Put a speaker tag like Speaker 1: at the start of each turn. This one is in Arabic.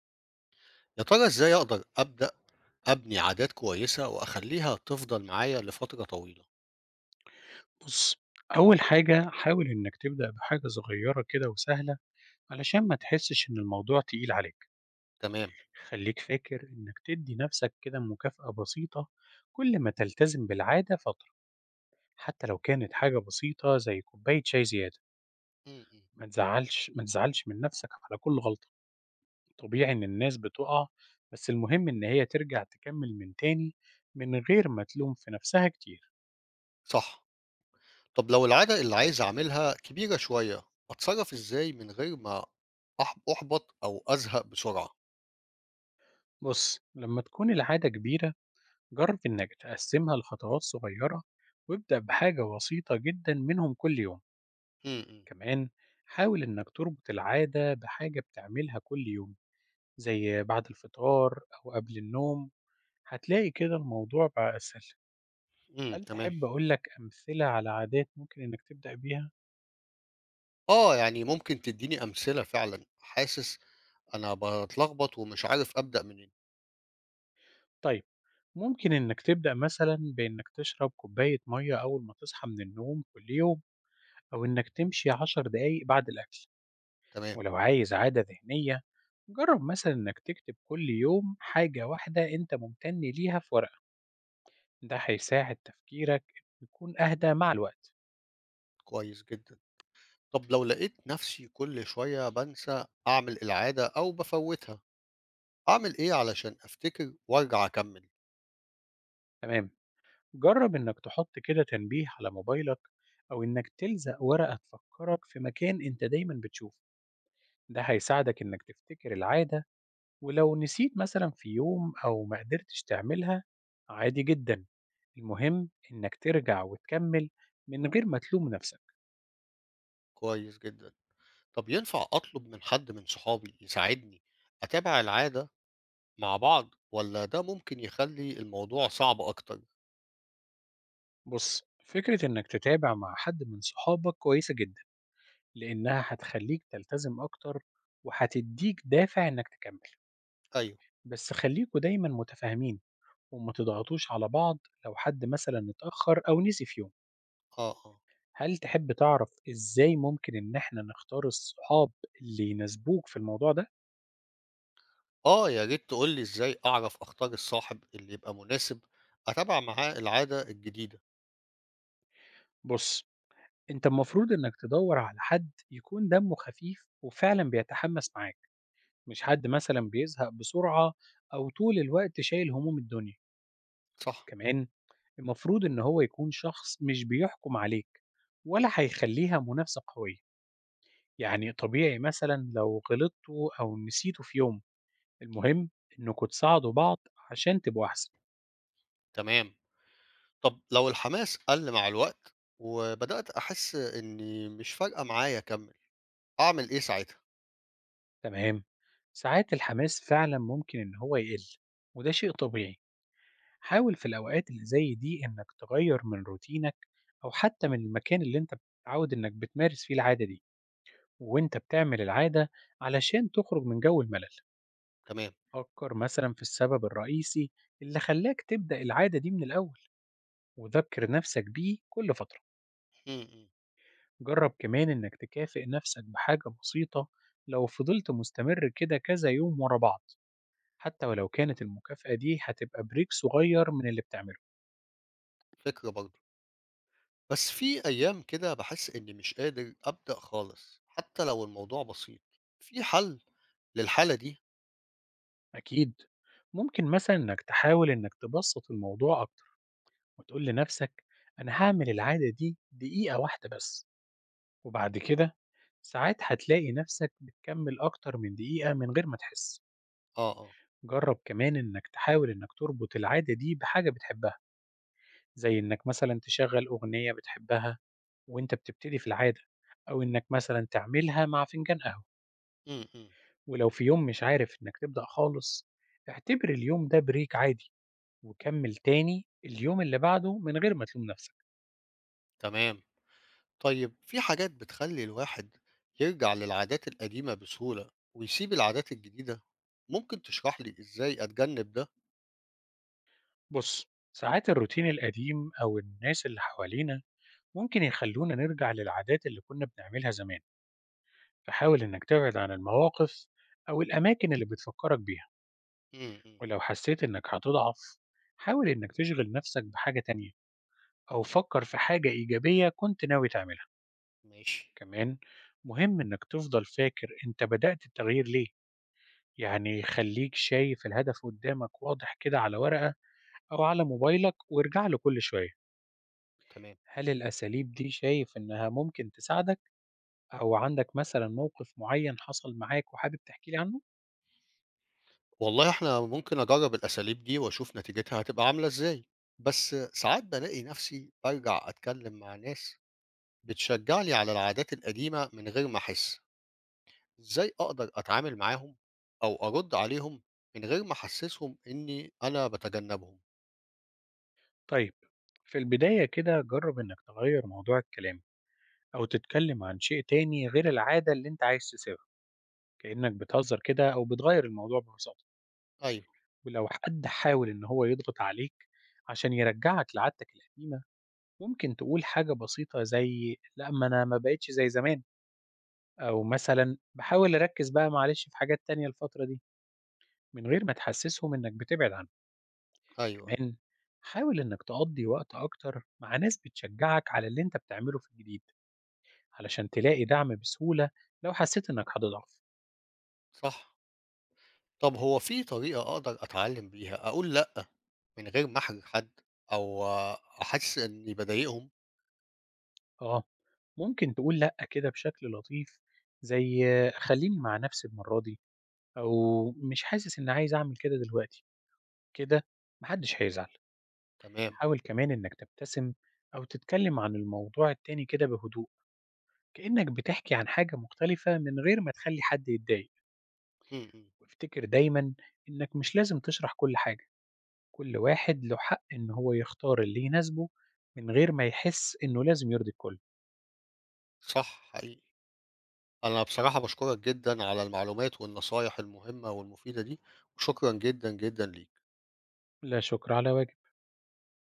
Speaker 1: يا ترى إزاي أقدر أبدأ أبني عادات كويسة وأخلّيها تفضل معايا لفترة طويلة؟
Speaker 2: بُص، أول حاجة حاول إنك تبدأ بحاجة صغيرة كده وسهلة، علشان ما تحسش إن الموضوع تقيل عليك،
Speaker 1: تمام.
Speaker 2: خلّيك فاكر إنك تدّي نفْسك كده مكافأة بسيطة كل ما تلتزم بالعادة فترة، حتى لو كانت حاجة بسيطة زي كوباية شاي زيادة،
Speaker 1: إمم، إمم.
Speaker 2: ما تزعلش من نفْسك على كل غلطة، طبيعي إن الناس بتُقع، بس المهم إن هي ترجع تكمّل من تاني من غير ما تلوم في نفْسها كتير.
Speaker 1: صح. طب لو العادة اللي عايز أعملها كبيرة شوية، أتصرّف إزاي من غير ما أُحبط أو أزهق بسرعة؟
Speaker 2: بُص، لمّا تكون العادة كبيرة جرب إنك تقسمها لخطوات صغيرة وابدأ بحاجة بسيطة جدا منهم كل يوم.
Speaker 1: إمم، إمم،
Speaker 2: كمان حاول إنك تربط العادة بحاجة بتعملها كل يوم زي بعد الفطار أو قبل النوم. هتلاقي كده الموضوع بقى أسهل.
Speaker 1: إمم.
Speaker 2: هل
Speaker 1: تمام.
Speaker 2: تحب أقولك أمثلة على عادات ممكن إنك تبدأ بيها؟
Speaker 1: آه، يعني ممكن تدّيني أمثلة فعلًا، حاسس أنا باتلخبط ومش عارف أبدأ منين.
Speaker 2: طيب ممكن إنك تبدأ مثلا بإنك تشرب كوباية مية أول ما تصحى من النوم كل يوم، أو إنك تمشي 10 دقايق بعد الأكل.
Speaker 1: تمام.
Speaker 2: ولو عايز عادة ذهنية جرب مثلا إنك تكتب كل يوم حاجة واحدة أنت ممتن ليها في ورقة، ده هيساعد تفكيرك يكون أهدى مع الوقت.
Speaker 1: كويس جدًا. طب لو لقيت نفسي كل شوية بانسى أعمل العادة أو بافوّتها أعمل إيه علشان أفتكر وأرجع أكمّل؟
Speaker 2: تمام، جرب إنك تحط كده تنبيه على موبايلك أو إنك تلزق ورقة تفكرك في مكان أنت دايما بتشوفه، ده هيساعدك إنك تفتكر العادة. ولو نسيت مثلا في يوم أو ما قدرتش تعملها، عادي جدا، المهم إنك ترجع وتكمل من غير ما تلوم نفسك.
Speaker 1: كويس جدًا. طب ينفع أطلب من حد من صحابي يساعدني أتابع العادة مع بعض والّا ده ممكن يخلّي الموضوع صعب أكتر؟
Speaker 2: بص، فكرة إنك تتابع مع حد من صحابك كويسة جدا، لإنها هتخلّيك تلتزم أكتر، وهتدّيك دافع إنك تكمّل،
Speaker 1: أيوه.
Speaker 2: بس خلّيكم دايمًا متفاهمين، وما تضغطوش على بعض لو حد مثلًا اتأخّر أو نسي في يوم.
Speaker 1: آه، آه.
Speaker 2: هل تحب تعرف إزاي ممكن إن إحنا نختار الصحاب اللي يناسبوك في الموضوع ده؟
Speaker 1: آه، يا ريت تقول لي إزاي أعرف أختار الصاحب اللي يبقى مناسب أتابع معاه العادة الجديدة.
Speaker 2: بُص، أنت المفروض إنك تدوّر على حد يكون دمّه خفيف وفعلًا بيتحمّس معاك، مش حد مثلًا بيزهق بسرعة أو طول الوقت شايل هموم الدنيا.
Speaker 1: صح.
Speaker 2: كمان المفروض إن هو يكون شخص مش بيحكم عليك، ولا هيخلّيها منافسة قوية، يعني طبيعي مثلًا لو غلطتوا أو نسيتوا في يوم، المهم إنكم تساعدوا بعض عشان تبقوا أحسن.
Speaker 1: تمام. طب لو الحماس قَل مع الوقت وبدأت أحس إني مش فارقة معايا أكمّل، أعمل إيه ساعتها؟
Speaker 2: تمام، ساعات الحماس فعلًا ممكن إن هو يقل، وده شيء طبيعي، حاول في الأوقات اللي زي دي إنك تغيّر من روتينك أو حتى من المكان اللي أنت متعود إنك بتمارس فيه العادة دي، وأنت بتعمل العادة علشان تخرج من جو الملل.
Speaker 1: تمام.
Speaker 2: فكر مثلا في السبب الرئيسي اللي خلاك تبدأ العادة دي من الأول وذكر نفسك بيه كل فترة.
Speaker 1: إمم، إمم.
Speaker 2: جرب كمان إنك تكافئ نفسك بحاجة بسيطة لو فضلت مستمر كده كذا يوم ورا بعض، حتى ولو كانت المكافأة دي هتبقى بريك صغير من اللي بتعمله.
Speaker 1: فكرة برضه. بس في أيام كده باحس إني مش قادر أبدأ خالص، حتى لو الموضوع بسيط، في حل للحالة دي؟
Speaker 2: أكيد ممكن مثلا إنك تحاول إنك تبسط الموضوع أكتر وتقول لنفسك أنا هعمل العادة دي دقيقة واحدة بس، وبعد كده ساعات هتلاقي نفسك بتكمل أكتر من دقيقة من غير ما تحس.
Speaker 1: آه، آه.
Speaker 2: جرب كمان إنك تحاول إنك تربط العادة دي بحاجة بتحبها، زي إنك مثلا تشغل أغنية بتحبها وإنت بتبتدي في العادة، أو إنك مثلا تعملها مع فنجان قهوة.
Speaker 1: إمم، إمم.
Speaker 2: ولو في يوم مش عارف إنك تبدأ خالص، اعتبر اليوم ده بريك عادي وكمل تاني اليوم اللي بعده من غير ما تلوم نفسك.
Speaker 1: تمام. طيب في حاجات بتخلّي الواحد يرجع للعادات القديمة بسهولة ويسيب العادات الجديدة؟ ممكن تشرح لي إزاي أتجنب ده؟
Speaker 2: بص، ساعات الروتين القديم أو الناس اللي حوالينا ممكن يخلونا نرجع للعادات اللي كنا بنعملها زمان، فحاول إنك تبعد عن المواقف أو الأماكن اللي بتفكرك بيها.
Speaker 1: إمم، إمم.
Speaker 2: ولو حسيت إنك هتضعف حاول إنك تشغل نفسك بحاجة تانية أو فكر في حاجة إيجابية كنت ناوي تعملها.
Speaker 1: ماشي.
Speaker 2: كمان مهم إنك تفضل فاكر أنت بدأت التغيير ليه، يعني خليك شايف الهدف قدامك واضح كده على ورقة أو على موبايلك وارجع له كل شوية.
Speaker 1: تمام.
Speaker 2: هل الأساليب دي شايف إنها ممكن تساعدك أو عندك مثلا موقف معين حصل معاك وحابب تحكي لي عنه؟
Speaker 1: والله إحنا ممكن أجرّب الأساليب دي وأشوف نتيجتها هتبقى عاملة إزاي، بس ساعات بالاقي نفسي بارجع أتكلم مع ناس بتشجعني على العادات القديمة من غير ما أحس إزاي أقدر أتعامل معاهم أو أرد عليهم من غير ما أحسسهم إني أنا بتجنبهم.
Speaker 2: طيب في البداية كده جرب إنك تغير موضوع الكلام أو تتكلم عن شيء تاني غير العادة اللي أنت عايز تسيبها، كأنك بتهزر كده أو بتغير الموضوع ببساطة.
Speaker 1: أيوه،
Speaker 2: ولو حد حاول إن هو يضغط عليك عشان يرجعك لعادتك القديمة، ممكن تقول حاجة بسيطة زي لا ما أنا ما بقتش زي زمان، أو مثلا بحاول أركز بقى معلش في حاجات تانية الفترة دي، من غير ما تحسسهم إنك بتبعد عنهم.
Speaker 1: أيوه، أيوه.
Speaker 2: كمان حاول إنك تقضي وقت أكتر مع ناس بتشجعك على اللي أنت بتعمله في الجديد علشان تلاقي دعم بسهولة لو حسيت إنك هتضعف.
Speaker 1: صح. طب هو في طريقة أقدر أتعلم بيها أقول لأ من غير ما أحرج حد أو أحس إني بضايقهم.
Speaker 2: آه، ممكن تقول لأ كده بشكل لطيف، زي خلّيني مع نفسي المرّة دي، أو مش حاسس إنّي عايز أعمل كده دلوقتي، كده ما حدش هيزعل.
Speaker 1: تمام.
Speaker 2: حاول كمان إنّك تبتسم أو تتكلم عن الموضوع التاني كده بهدوء، كإنّك بتحكي عن حاجة مختلفة من غير ما تخلّي حد يتضايق.
Speaker 1: م- م.
Speaker 2: وافتكر دايمًا إنّك مش لازم تشرح كل حاجة، كل واحد له حق إن هو يختار اللي يناسبه من غير ما يحس إنه لازم يرضي الكل.
Speaker 1: صح حقيقي. أنا بصراحة بشكرك جدا على المعلومات والنصايح المهمة والمفيدة دي وشكرا جدا جدا ليك.
Speaker 2: لا شكر على واجب.